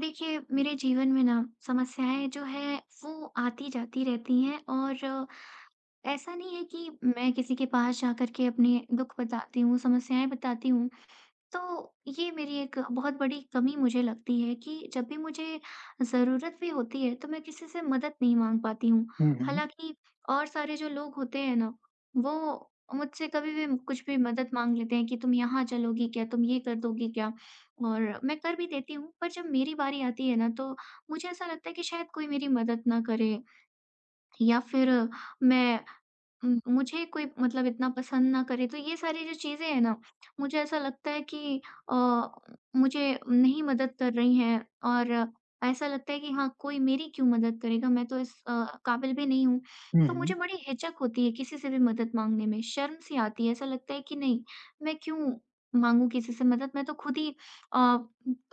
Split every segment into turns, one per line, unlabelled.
देखिए, मेरे जीवन में ना समस्याएँ जो हैं वो आती जाती रहती हैं और ऐसा नहीं है कि मैं किसी के पास जाकर के अपने दुःख बताती हूँ, समस्याएँ बताती हूँ। तो ये मेरी एक बहुत बड़ी कमी मुझे लगती है कि जब भी मुझे ज़रूरत भी होती है तो मैं किसी से मदद नहीं माँग पाती हूँ।
हुँ, हुँ।
हालाँकि और सारे जो लोग होते हैं ना, वो मुझसे कभी भी कुछ भी मदद माँग लेते हैं कि तुम यहाँ चलोगी क्या? तुम ये कर दोगी क्या? और मैं कर भी देती हूँ, पर जब मेरी बारी आती है ना तो मुझे ऐसा लगता है कि शायद कोई मेरी मदद ना करे या फिर मैं मुझे कोई मतलब इतना पसंद ना करे, तो ये सारी जो चीज़ें हैं ना, मुझे ऐसा लगता है कि अ, मुझे नहीं मदद कर रही हैं। और ऐसा लगता है कि हाँ, कोई मेरी क्यों मदद करेगा, मैं तो इस काबिल भी नहीं हूँ।
हुँ,
तो
हुँ।
मुझे बड़ी हिचक होती है किसी से भी मदद माँगने में, शर्म सी आती है, ऐसा लगता है कि नहीं, मैं क्यों माँगूँ किसी से मदद, मैं तो खुद ही अ,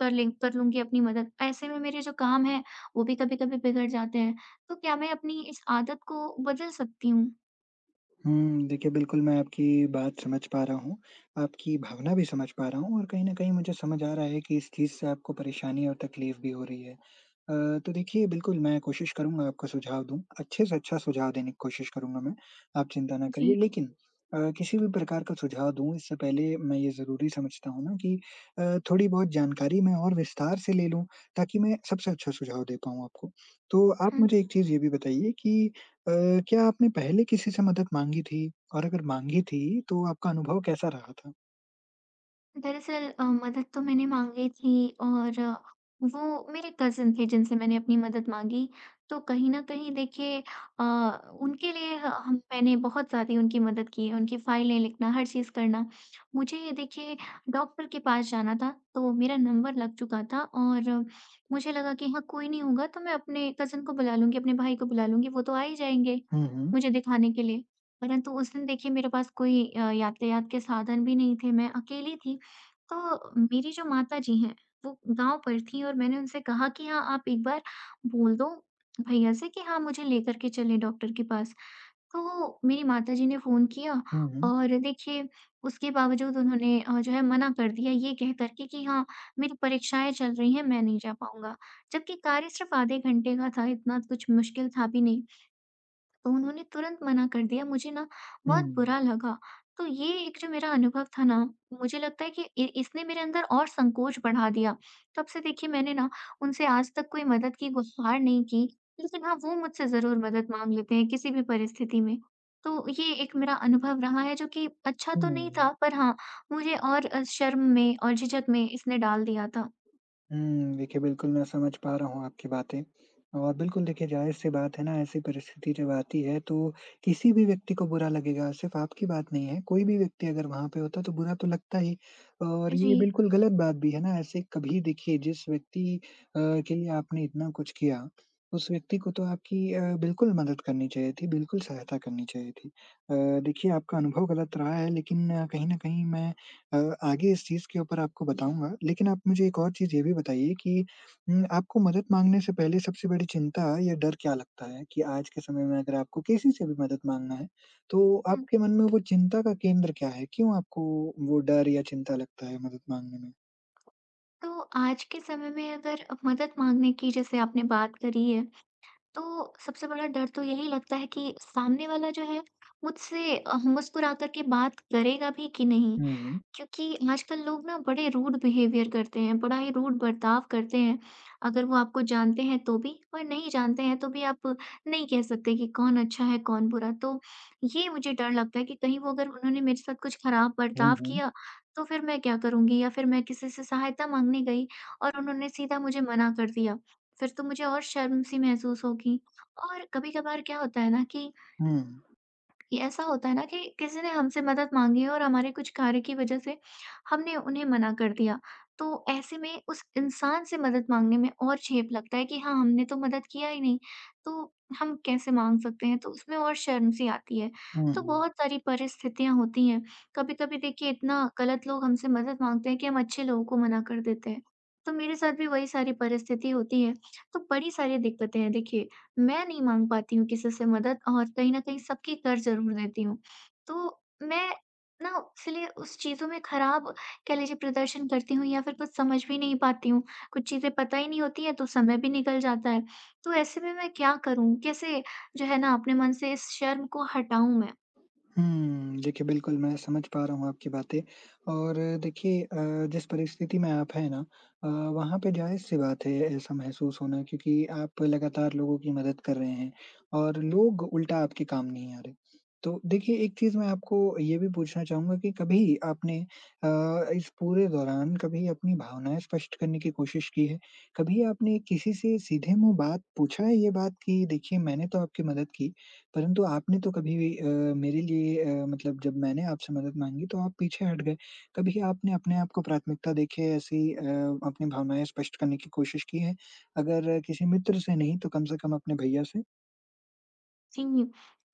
कर लूँगी अपनी मदद। ऐसे में मेरे जो काम हैं, वो भी कभी-कभी बिगड़ जाते हैं। तो क्या मैं अपनी इस आदत को बदल सकती हूँ?
हुँ, देखिए बिल्कुल मैं आपकी बात समझ पा रहा हूँ, आपकी भावना भी समझ पा रहा हूँ और कहीं न कहीं मुझे समझ आ रहा है कि इस चीज़ से आपको परेशानी और तकलीफ़ भी हो रही है। अ, तो देखिए बिल्कुल मैं कोशिश करूँगा आपको सुझाव दूँ, अच्छे से अच्छा सुझाव देने की कोशिश करूँगा मैं, आप चिंता ना करिए।
जी,
लेकिन किसी भी प्रकार का सुझाव दूँ इससे पहले मैं ये ज़रूरी समझता हूँ ना कि थोड़ी-बहुत जानकारी मैं और विस्तार से ले लूँ ताकि मैं सबसे अच्छा सुझाव दे पाऊँ आपको। तो आप
हाँ,
मुझे एक चीज़ ये भी बताइए कि अ, क्या आपने पहले किसी से मदद माँगी थी? और अगर माँगी थी तो आपका अनुभव कैसा रहा था?
दरअसल मदद तो मैंने माँगी थी और वो मेरे कज़िन थे जिनसे मैंने अपनी मदद माँगी। तो कहीं न कहीं देखिए अ, उनके लिए ह हम मैंने बहुत ज़्यादा उनकी मदद की है, उनकी फाइलें लिखना, हर चीज़ करना। मुझे ये देखिए डॉक्टर के पास जाना था, तो मेरा नंबर लग चुका था और मुझे लगा कि हाँ, कोई नहीं होगा तो मैं अपने कज़िन को बुला लूँगी, अपने भाई को बुला लूँगी, वो तो आ ही जाएँगे
हुँ, हुँ।
मुझे दिखाने के लिए। परंतु उस दिन देखिए मेरे पास कोई यातायात के साधन भी नहीं थे, मैं अकेली थी। तो मेरी जो माताजी हैं, वो गाँव पर थीं और मैंने उनसे कहा कि हाँ, आप एक बार बोल दो भैया से कि हाँ, मुझे लेकर के चलें डॉक्टर के पास। तो मेरी माताजी ने फ़ोन किया
हुँ, हुँ।
और देखिए उसके बावजूद उन्होंने जो है मना कर दिया ये कह कर के कि हाँ, मेरी परीक्षाएँ चल रही हैं, मैं नहीं जा पाऊँगा। जबकि कार्य सिर्फ़ आधे घंटे का था, इतना कुछ मुश्किल था भी नहीं। तो उन्होंने तुरंत मना कर दिया, मुझे ना बहुत बुरा लगा। तो ये एक जो मेरा अनुभव था ना, मुझे लगता है कि इ इसने मेरे अंदर और संकोच बढ़ा दिया। तब से देखिए मैंने ना उनसे आज तक कोई मदद की गुहार नहीं की, लेकिन हाँ, वो मुझसे ज़रूर मदद माँग लेते हैं किसी भी परिस्थिति में। तो ये एक मेरा अनुभव रहा है जो कि अच्छा
हुँ,
तो नहीं था,
हुँ।
पर हाँ, मुझे और शर्म में और झिझक में इसने डाल दिया था।
हुँ, देखिए बिल्कुल मैं समझ पा रहा हूँ आपकी बातें और बिल्कुल देखिए ज़ाहिर-सी बात है ना ऐसी परिस्थिति जब आती है तो किसी भी व्यक्ति को बुरा लगेगा, सिर्फ़ आपकी बात नहीं है, कोई भी व्यक्ति अगर वहाँ पे होता तो बुरा तो लगता ही और
जी।
ये बिल्कुल गलत बात भी है ना, ऐसे कभी देखिए जिस व्यक्ति अ, के लिए आपने इतना कुछ किया, उस व्यक्ति को तो आपकी बिल्कुल मदद करनी चाहिए थी, बिल्कुल सहायता करनी चाहिए थी। देखिए आपका अनुभव गलत रहा है लेकिन कहीं न कहीं मैं अ, आगे इस चीज़ के ऊपर आपको बताऊँगा, लेकिन आप मुझे एक और चीज़ ये भी बताइए कि आपको मदद माँगने से पहले सबसे बड़ी चिंता या डर क्या लगता है? कि आज के समय में अगर आपको किसी से भी मदद माँगना है, तो
हुँ,
आपके मन में वो चिंता का केंद्र क्या है? क्यों आपको वो डर या चिंता लगता है मदद माँगने में?
तो आज के समय में अगर मदद माँगने की जैसे आपने बात करी है तो सबसे बड़ा डर तो यही लगता है कि सामने वाला जो है मुझसे मुस्कुरा कर के बात करेगा भी कि नहीं?
हुँ, हुँ।
क्योंकि आजकल लोग ना बड़े रूड बिहेवियर करते हैं, बड़ा ही रूड बर्ताव करते हैं। अगर वो आपको जानते हैं तो भी और नहीं जानते हैं तो भी आप नहीं कह सकते कि कौन अच्छा है, कौन बुरा। तो ये मुझे डर लगता है कि कहीं वो अगर उन्होंने मेरे साथ कुछ खराब
हुँ,
बर्ताव
हुँ।
किया, तो फिर मैं क्या करूँगी? या फिर मैं किसी से सहायता माँगने गई और उन्होंने सीधा मुझे मना कर दिया, फिर तो मुझे और शर्म-सी महसूस होगी। और कभी-कभार क्या होता है ना कि ऐसा होता है ना कि किसी ने हमसे मदद मांगी है और हमारे कुछ कार्य की वजह से हमने उन्हें मना कर दिया। तो ऐसे में उस इंसान से मदद मांगने में और झेप लगता है कि हाँ, हमने तो मदद किया ही नहीं, तो हम कैसे माँग सकते हैं? तो उसमें और शर्म सी आती है।
हुँ,
तो
हुँ।
बहुत सारी परिस्थितियाँ होती हैं। कभी-कभी देखिए इतना गलत लोग हमसे मदद माँगते हैं कि हम अच्छे लोगों को मना कर देते हैं। तो मेरे साथ भी वही सारी परिस्थिति होती है। तो बड़ी सारी दिक्कतें हैं देखिए। मैं नहीं माँग पाती हूँ किसी से मदद और कहीं न कहीं सबकी कर ज़रूर देती हूँ। तो मैं ना इसलिए उस चीज़ों में खराब कह लीजिए प्रदर्शन करती हूँ या फिर कुछ समझ भी नहीं पाती हूँ। कुछ चीज़ें पता ही नहीं होती हैं तो समय भी निकल जाता है। तो ऐसे में मैं क्या करूँ? कैसे जो है ना अपने मन से इस शर्म को हटाऊँ मैं?
हुँ, देखिए बिल्कुल मैं समझ पा रहा हूँ आपकी बातें और देखिए जिस परिस्थिति में आप हैं ना अ, वहाँ पे जायज़-सी बात है ऐसा महसूस होना क्योंकि आप लगातार लोगों की मदद कर रहे हैं और लोग उल्टा आपके काम नहीं आ रहे। तो देखिए एक चीज़ मैं आपको ये भी पूछना चाहूँगा कि कभी आपने इस पूरे दौरान कभी अपनी भावनाएँ स्पष्ट करने की कोशिश की है? कभी आपने किसी से सीधे मुँह बात पूछा है ये बात कि देखिए मैंने तो आपकी मदद की परंतु आपने तो कभी भी मेरे लिए मतलब जब मैंने आपसे मदद माँगी तो आप पीछे हट गए। कभी आपने अपने आप को प्राथमिकता देके ऐसी अपनी भावनाएँ स्पष्ट करने की कोशिश की है? अगर किसी मित्र से नहीं तो कम से कम अपने भैया से?
जी।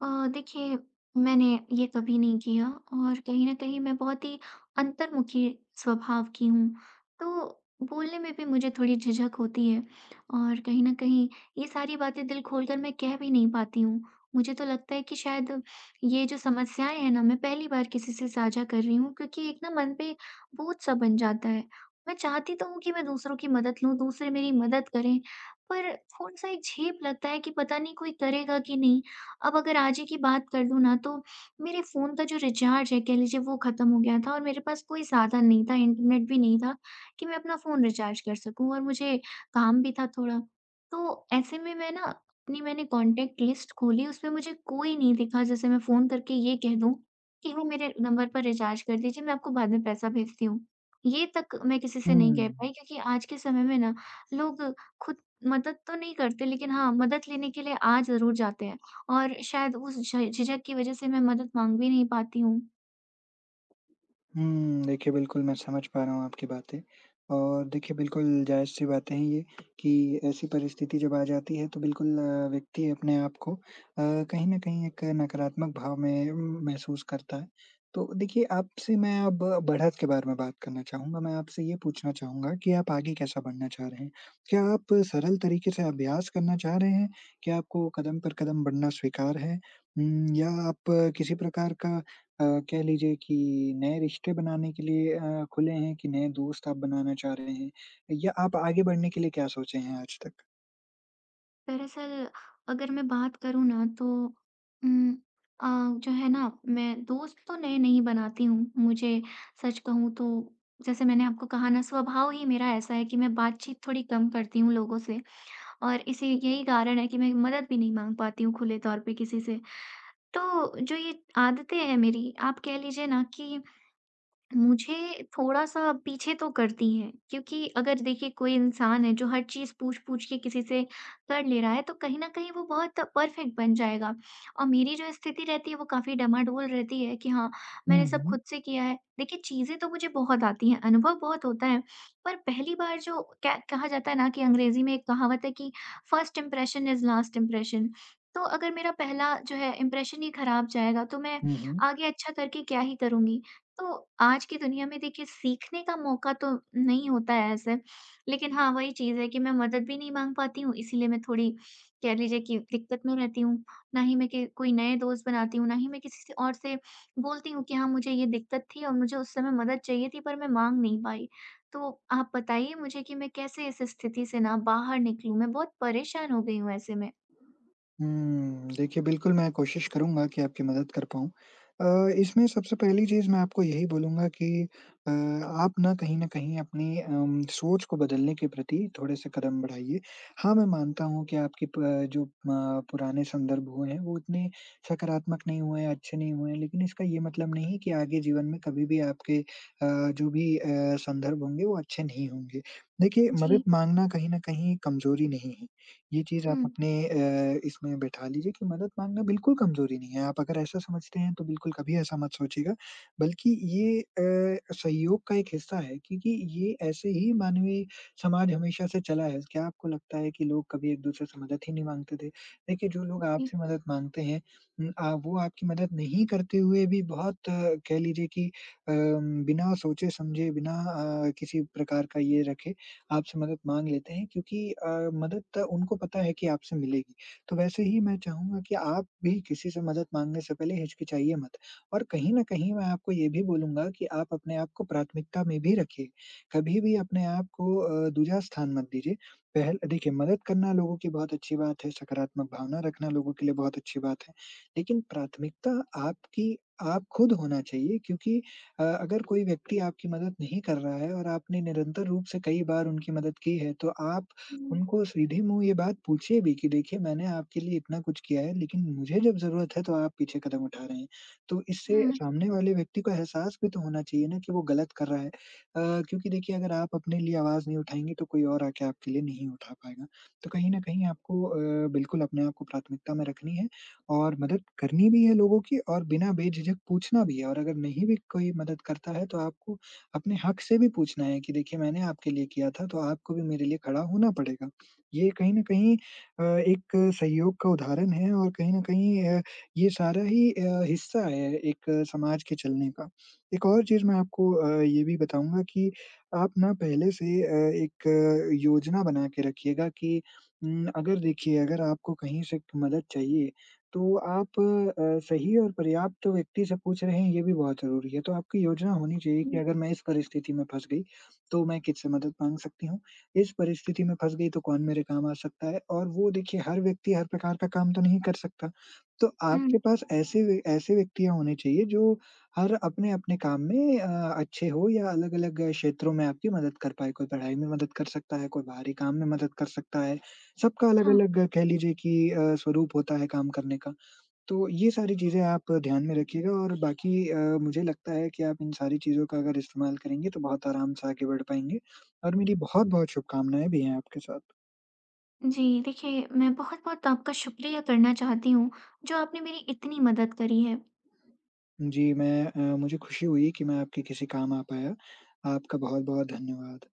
अ, देखिए मैंने ये कभी नहीं किया और कहीं न कहीं मैं बहुत ही अंतर्मुखी स्वभाव की हूँ, तो बोलने में भी मुझे थोड़ी झिझक होती है और कहीं न कहीं ये सारी बातें दिल खोलकर मैं कह भी नहीं पाती हूँ। मुझे तो लगता है कि शायद ये जो समस्याएँ हैं ना, मैं पहली बार किसी से साझा कर रही हूँ क्योंकि एक ना मन पे बोझ-सा बन जाता है। मैं चाहती तो हूँ कि मैं दूसरों की मदद लूँ, दूसरे मेरी मदद करें, पर थोड़ा-सा एक झेप लगता है कि पता नहीं कोई करेगा कि नहीं? अब अगर आज ही की बात कर लूँ ना तो मेरे फ़ोन का जो रिचार्ज है कह लीजिए वो ख़त्म हो गया था और मेरे पास कोई साधन नहीं था, इंटरनेट भी नहीं था कि मैं अपना फ़ोन रिचार्ज कर सकूँ और मुझे काम भी था थोड़ा। तो ऐसे में मैं ना अपनी मैंने कॉन्टैक्ट लिस्ट खोली, उसमें मुझे कोई नहीं दिखा जैसे मैं फ़ोन करके ये कह दूँ कि वो मेरे नंबर पर रिचार्ज कर दीजिए, मैं आपको बाद में पैसा भेजती हूँ। ये तक मैं किसी से नहीं
हुँ।
कह पाई क्योंकि आज के समय में ना लोग खुद मदद तो नहीं करते, लेकिन हाँ, मदद लेने के लिए आ ज़रूर जाते हैं। और शायद उस झ झिझक की वजह से मैं मदद माँग भी नहीं पाती हूँ।
हुँ, देखिए बिल्कुल मैं समझ पा रहा हूँ आपकी बातें और देखिए बिल्कुल जायज़-सी बातें हैं ये कि ऐसी परिस्थिति जब आ जाती है तो बिल्कुल व्यक्ति अपने आप को कहीं न कहीं एक नकारात्मक भाव में महसूस करता है। तो देखिए आपसे मैं अब बढ़त के बारे में बात करना चाहूँगा। मैं आपसे ये पूछना चाहूँगा कि आप आगे कैसा बढ़ना चाह रहे हैं? क्या आप सरल तरीके से अभ्यास करना चाह रहे हैं? क्या आपको कदम पर कदम बढ़ना स्वीकार है? या आप किसी प्रकार का अ, कह लीजिए कि नए रिश्ते बनाने के लिए खुले हैं कि नए दोस्त आप बनाना चाह रहे हैं? या आप आगे बढ़ने के लिए क्या सोचे हैं आज तक?
दरअसल अगर मैं बात करूँ ना तो उम, अ, जो है ना मैं दोस्त तो नए नहीं बनाती हूँ। मुझे सच कहूँ तो जैसे मैंने आपको कहा ना स्वभाव ही मेरा ऐसा है कि मैं बातचीत थोड़ी कम करती हूँ लोगों से और इसी यही कारण है कि मैं मदद भी नहीं माँग पाती हूँ खुले तौर पे किसी से। तो जो ये आदतें हैं मेरी आप कह लीजिए ना कि मुझे थोड़ा-सा पीछे तो करती हैं, क्योंकि अगर देखिए कोई इंसान है जो हर चीज़ पूछ-पूछ के किसी से कर ले रहा है, तो कहीं न कहीं वो बहुत परफ़ेक्ट बन जाएगा। और मेरी जो स्थिति रहती है वो काफ़ी डमाडोल रहती है कि हाँ, मैंने
हुँ,
सब
हुँ।
खुद से किया है। देखिए चीज़ें तो मुझे बहुत आती हैं, अनुभव बहुत होता है, पर पहली बार जो कह कहा जाता है ना कि अंग्रेज़ी में एक कहावत है कि first impression is last impression. तो अगर मेरा पहला जो है इंप्रेशन ही खराब जाएगा, तो मैं
हुँ, हुँ।
आगे अच्छा करके क्या ही करूँगी? तो आज की दुनिया में देखिए सीखने का मौका तो नहीं होता है ऐसे, लेकिन हाँ, वही चीज़ है कि मैं मदद भी नहीं माँग पाती हूँ, इसीलिए मैं थोड़ी कह लीजिए कि दिक्कत में रहती हूँ। ना ही मैं कि कोई नए दोस्त बनाती हूँ, ना ही मैं किसी से और से बोलती हूँ कि हाँ, मुझे ये दिक्कत थी और मुझे उस समय मदद चाहिए थी पर मैं माँग नहीं पाई। तो आप बताइए मुझे कि मैं कैसे इस स्थिति से ना बाहर निकलूँ? मैं बहुत परेशान हो गई हूँ ऐसे में।
हुँ, देखिए बिल्कुल मैं कोशिश करूँगा कि आपकी मदद कर पाऊँ। अ, इसमें सबसे पहली चीज़ मैं आपको यही बोलूँगा कि आप ना कहीं न कहीं अपनी सोच को बदलने के प्रति थोड़े से कदम बढ़ाइए। हाँ, मैं मानता हूँ कि आपकी प जो पुराने संदर्भ हुए हैं वो उतने सकारात्मक नहीं हुए हैं, अच्छे नहीं हुए हैं, लेकिन इसका ये मतलब नहीं है कि आगे जीवन में कभी भी आपके जो भी संदर्भ होंगे वो अच्छे नहीं होंगे। देखिए मदद
जी।
माँगना कहीं न कहीं कमज़ोरी नहीं है। ये चीज़
हुँ।
आप अपने इसमें बैठा लीजिए कि मदद माँगना बिल्कुल कमज़ोरी नहीं है। आप अगर ऐसा समझते हैं तो बिल्कुल कभी ऐसा मत सोचिएगा, बल्कि ये सहयोग का एक हिस्सा है क्योंकि ये ऐसे ही मानवीय समाज हमेशा से चला है। क्या आपको लगता है कि लोग कभी एक-दूसरे से मदद ही नहीं माँगते थे? देखिए जो लोग
जी।
आपसे मदद माँगते हैं उम, आ वो आपकी मदद नहीं करते हुए भी बहुत कह लीजिए कि बिना सोचे-समझे बिना किसी प्रकार का ये रखे आपसे मदद माँग लेते हैं क्योंकि मदद उनको पता है कि आपसे मिलेगी। तो वैसे ही मैं चाहूँगा कि आप भी किसी से मदद माँगने से पहले हिचकिचाइए मत और कहीं न कहीं मैं आपको ये भी बोलूँगा कि आप अपने आप को प्राथमिकता में भी रखिए। कभी भी अपने आप को दूसरा स्थान मत दीजिए। पहल देखिए मदद करना लोगों की बहुत अच्छी बात है, सकारात्मक भावना रखना लोगों के लिए बहुत अच्छी बात है। लेकिन प्राथमिकता आपकी आप खुद होना चाहिए क्योंकि अगर कोई व्यक्ति आपकी मदद नहीं कर रहा है और आपने निरंतर रूप से कई बार उनकी मदद की है, तो आप
हुँ,
उनको सीधे मुँह ये बात पूछिए भी कि देखिए मैंने आपके लिए इतना कुछ किया है, लेकिन मुझे जब ज़रूरत है तो आप पीछे कदम उठा रहे हैं। तो
हुँ,
इससे
हुँ,
सामने वाले व्यक्ति को एहसास भी तो होना चाहिए ना कि वो गलत कर रहा है। क्योंकि देखिए अगर आप अपने लिए आवाज़ नहीं उठाएँगे तो कोई और आके आपके लिए नहीं उठा पाएगा। तो कहीं न कहीं आपको बिल्कुल अपने आप को प्राथमिकता में रखनी है। और मदद करनी भी है लोगों की और बिना बेझिझक पूछना भी है और अगर नहीं भी कोई मदद करता है तो आपको अपने हक से भी पूछना है कि देखिए मैंने आपके लिए किया था तो आपको भी मेरे लिए खड़ा होना पड़ेगा। ये कहीं न कहीं एक सहयोग का उदाहरण है और कहीं न कहीं ये सारा ही हिस्सा है एक समाज के चलने का। एक और चीज़ मैं आपको ये भी बताऊँगा कि आप ना पहले से एक योजना बना के रखिएगा कि अगर देखिए अगर आपको कहीं से मदद चाहिए तो आप सही और पर्याप्त व्यक्ति से पूछ रहे हैं, ये भी बहुत ज़रूरी है। तो आपकी योजना होनी चाहिए कि
हुँ।
अगर मैं इस परिस्थिति में फँस गई, तो मैं किससे मदद माँग सकती हूँ? इस परिस्थिति में फँस गई, तो कौन मेरे काम आ सकता है? और वो देखिए, हर व्यक्ति हर प्रकार का काम तो नहीं कर सकता। तो
हुँ,
आपके पास ऐसे व्यक्तियाँ होने चाहिए, जो हर अपने-अपने काम में अच्छे हो या अलग-अलग क्षेत्रों में आपकी मदद कर पाएँ। कोई पढ़ाई में मदद कर सकता है, कोई बाहरी काम में मदद कर सकता है। सबका
हाँ।
अलग-अलग कह लीजिए कि स्वरूप होता है काम करने का। तो ये सारी चीज़ें आप ध्यान में रखिएगा और बाकी मुझे लगता है कि आप इन सारी चीज़ों का अगर इस्तेमाल करेंगे तो बहुत आराम से आगे बढ़ पाएँगे और मेरी बहुत-बहुत शुभकामनाएँ भी हैं आपके साथ।
जी, देखिए मैं बहुत-बहुत आपका शुक्रिया करना चाहती हूँ, जो आपने मेरी इतनी मदद करी है।
जी, मुझे खुशी हुई कि मैं आपके किसी काम आ पाया। आपका बहुत-बहुत धन्यवाद।